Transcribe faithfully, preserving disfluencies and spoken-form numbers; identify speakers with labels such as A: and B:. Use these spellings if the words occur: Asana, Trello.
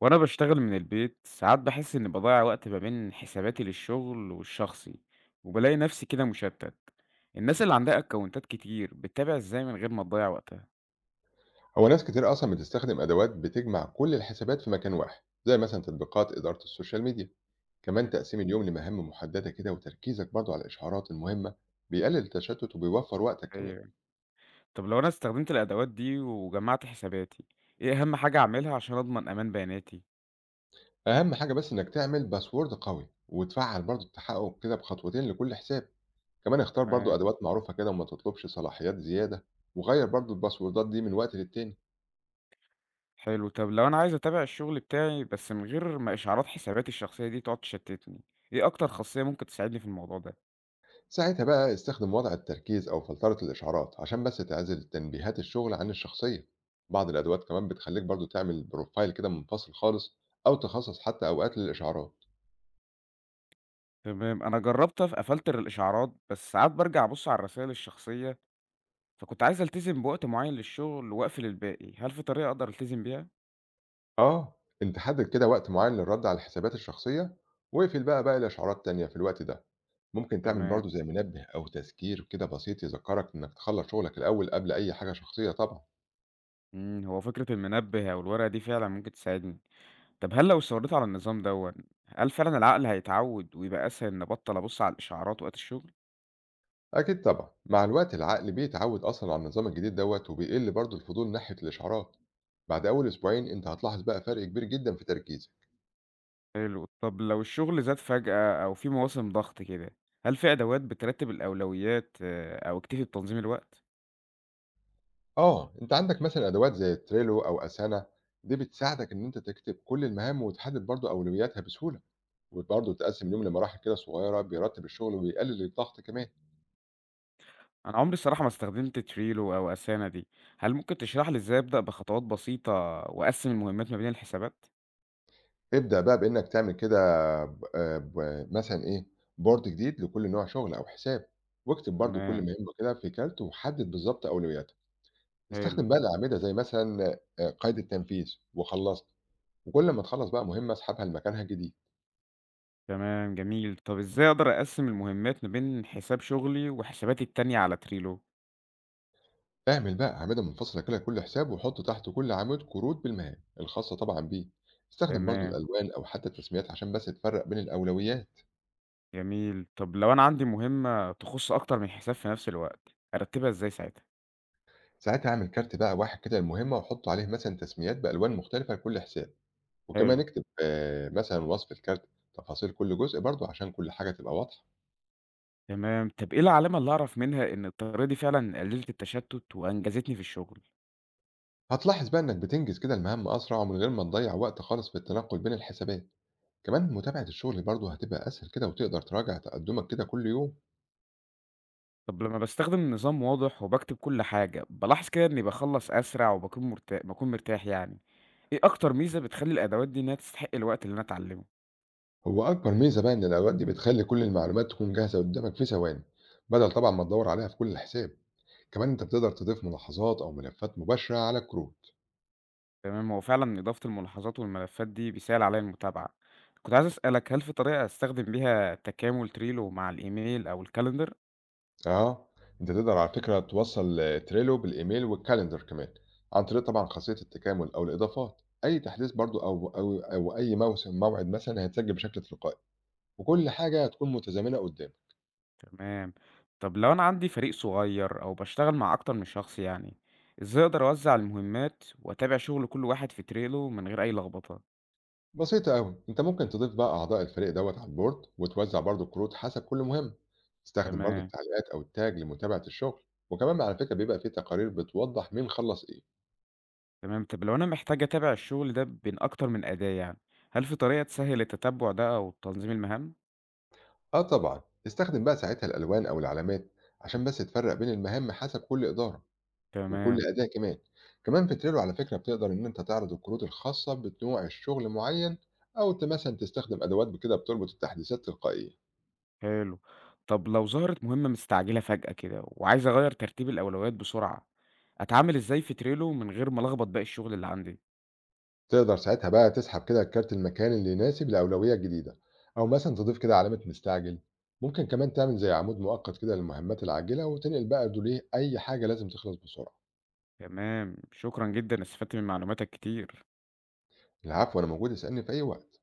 A: وأنا باشتغل من البيت ساعات باحس إني باضيّع وقت ما بين حساباتي للشغل والشخصي، وبالاقي نفسي كده مشتت. الناس اللي عندها أكونتات كتير بتتابع إزاي من غير ما تضيّع وقتها؟
B: هو ناس كتير أصلا بتستخدم أدوات بتجمع كل الحسابات في مكان واحد زي مثلا تطبيقات إدارة السوشيال ميديا. كمان
A: مم.
B: تقسيم اليوم لمهام محددة كده وتركيزك برضو على الإشعارات المهمة بيقلل التشتت وبيوفر وقتك كمان.
A: أيوه. طب لو أنا استخدمت الأدوات دي وجمعت حساباتي، إيه أهم حاجة أعملها عشان أضمن أمان بياناتي؟
B: أهم حاجة بس إنك تعمل باسورد قوي وتفعل برضو التحقق كده بخطوتين لكل حساب. كمان اختار برضو
A: تمام.
B: أدوات معروفة كده وما تطلبش صلاحيات زيادة، وغير برضو الباسوردات دي من وقت للتاني.
A: حلو. طب لو أنا عايز أتابع الشغل بتاعي بس من غير ما إشعارات حساباتي الشخصية دي تقعد تشتتني، إيه أكتر خاصية ممكن تساعدني في الموضوع ده؟
B: ساعتها بقى استخدم وضع التركيز أو فلترة الإشعارات عشان بس تعزل تنبيهات الشغل عن الشخصية. بعض الأدوات كمان بتخليك برضو تعمل بروفايل كده منفصل خالص، أو تخصص حتى أوقات للإشعارات.
A: تمام، أنا جرّبت أف أفلتر الإشعارات، بس ساعات بارجع أبُص على الرسايل الشخصية، فكنت عايز ألتزم بوقت معيّن للشغل وأقفل الباقي. هل في طريقة أقدر ألتزم بيها؟
B: اه، أنت حدد كده وقت معين للرد على الحسابات الشخصية، واقفل بقى باقي الإشعارات التانية في الوقت ده. ممكن تعمل برضو
A: تمام.
B: زي منبه أو تذكير كده بسيط يذكرك إنك تخلص شغلك الأول قبل أي حاجة شخصية طبعا.
A: إمم، هو فكرة المنبه أو الورقة دي فعلًا ممكن تساعدني. طب هل لو استمريت على النظام دوًّا، هل فعلًا العقل هيتعوّد ويبقى أسهل إني أبطّل أبُص على الإشعارات وقت الشغل؟
B: أكيد طبعًا، مع الوقت العقل بيتعود أصلًا على النظام الجديد دوّة وبيقل برضه الفضول ناحية الإشعارات. بعد أول أسبوعين أنت هتلاحظ بقى فرق كبير جدًا في تركيزك.
A: حلو. طب لو الشغل زاد فجأة أو في مواسم ضغط كده، هل في أدوات بترتّب الأولويات آه، أو أكتفي بتنظيم الوقت؟
B: آه، أنت عندك مثلًا أدوات زي Trello أو Asana، دي بتساعدك إن أنت تكتب كل المهام وتحدد برضه أولوياتها بسهولة، وبرضه تقسّم اليوم لمراحل كده صغيرة بيرتب الشغل وبيقلل الضغط كمان.
A: أنا عمري الصراحة ما استخدمت تريلو أو أسانا دي، هل ممكن تشرح لي إزاي أبدأ بخطوات بسيطة وأقسم المهمات ما بين الحسابات؟
B: ابدأ بقى بإنك تعمل كده ب آه، ب مثلًا إيه Board جديد لكل نوع شغل أو حساب، واكتب برضه كل
A: تمام.
B: مهمة كده في كارت وحدد بالضبط أولوياتها.
A: حلو.
B: استخدم بقى الأعمدة زي مثلًا آآ قيد التنفيذ وخلّصت، وكل ما تخلّص بقى مهمة اسحبها لمكانها الجديد.
A: تمام، جميل. طب إزاي أقدر أقسم المهمات ما بين حساب شغلي وحساباتي التانية على تريلو؟
B: اعمل بقى أعمدة منفصلة كده لكل حساب وحُط تحت كل عمود كروت بالمهام الخاصة طبعًا بيه. استخدم برضه
A: تمام،
B: الألوان أو حتى التسميات عشان بس تفرّق بين الأولويات.
A: جميل. طب لو أنا عندي مهمة تخص أكتر من حساب في نفس الوقت، أرتبها إزاي ساعتها؟
B: ساعتها اعمل كارت بقى واحد كده للمهمة وحُط عليه مثلًا تسميات بألوان مختلفة لكل حساب، وكمان
A: حلو.
B: اكتب آه، مثلًا وصف الكارت، تفاصيل كل جزء برضه عشان كل حاجة تبقى واضحة.
A: تمام. طب إيه العلامة اللي أعرف منها إن الطريقة دي فعلا قللت التشتت وأنجزتني في الشغل؟
B: هتلاحظ بقى إنك بتنجز كده المهام أسرع ومن غير ما تضيّع وقت خالص في التنقل بين الحسابات. كمان متابعة الشغل برضه هتبقى أسهل كده وتقدر تراجع تقدمك كده كل يوم.
A: طب لمّا باستخدم نظام واضح وباكتب كل حاجة، بالاحظ كده إني باخلّص أسرع وباكون مرتا باكون مرتاح يعني. إيه أكتر ميزة بتخلّي الأدوات دي إنها تستحق الوقت اللي أنا أتعلمه؟
B: هو أكبر ميزة بقى إن الأوقات دي بتخلي كل المعلومات تكون جاهزة قدامك في ثواني بدل طبعا ما تدور عليها في كل حساب. كمان أنت بتقدر تضيف ملاحظات أو ملفات مباشرة على الكروت.
A: تمام، هو فعلًا إضافة الملاحظات والملفات دي بيسهل عليّا المتابعة. كنت عايز أسألك، هل في طريقة أستخدم بيها تكامل تريلو مع الإيميل أو الكالندر؟
B: أه، أنت تقدر على فكرة توصل آه، تريلو بالإيميل والكالندر كمان عن طريق طبعا خاصية التكامل أو الإضافات. أي تحديث برضه أو أو أو أي موسم موعد مثلا هيتسجل بشكل تلقائي، وكل حاجة هتكون متزامنة قدامك.
A: تمام. طب لو أنا عندي فريق صغير أو باشتغل مع أكتر من شخص يعني، إزاي أقدر أوزّع المهمات وأتابع شغل كل واحد في تريلو من غير أي لخبطة؟
B: بسيطة أوي، أنت ممكن تضيف بقى أعضاء الفريق دوّة على البورد، وتوزع برضه الكروت حسب كل مهمة. استخدم برضه
A: تمام.
B: التعليقات أو التاج لمتابعة الشغل، وكمان على فكرة بيبقى في تقارير بتوضح مين خلّص إيه.
A: تمام، طب لو أنا محتاج أتابع الشغل ده بين أكتر من أداة يعني، هل في طريقة تسهّل التتبُّع ده أو تنظيم المهام؟
B: آه طبعًا، استخدم بقى ساعتها الألوان أو العلامات عشان بس تفرّق بين المهام حسب كل إدارة وكل
A: تمام.
B: أداة كمان. كمان في Trello على فكرة بتقدر إن أنت تعرض الكروت الخاصة بنوع الشغل معين، أو ت مثلًا تستخدم أدوات ب كده بتربط التحديثات تلقائيًا.
A: حلو. طب لو ظهرت مهمة مستعجلة فجأة كده وعايز أغيّر ترتيب الأولويات بسرعة، أتعامل إزاي في Trello من غير ما ألخبط باقي الشغل اللي عندي؟
B: تقدر ساعتها بقى تسحب كده الكارت المكاني اللي يناسب الأولوية الجديدة، أو مثلا تضيف كده علامة مستعجل. ممكن كمان تعمل زي عمود مؤقت كده للمهمات العاجلة وتنقل بقى دوليه أي حاجة لازم تخلص بسرعة.
A: تمام، شكرًا جدًا، استفدت من معلوماتك كتير.
B: العفو، أنا موجود، اسألني في أي وقت.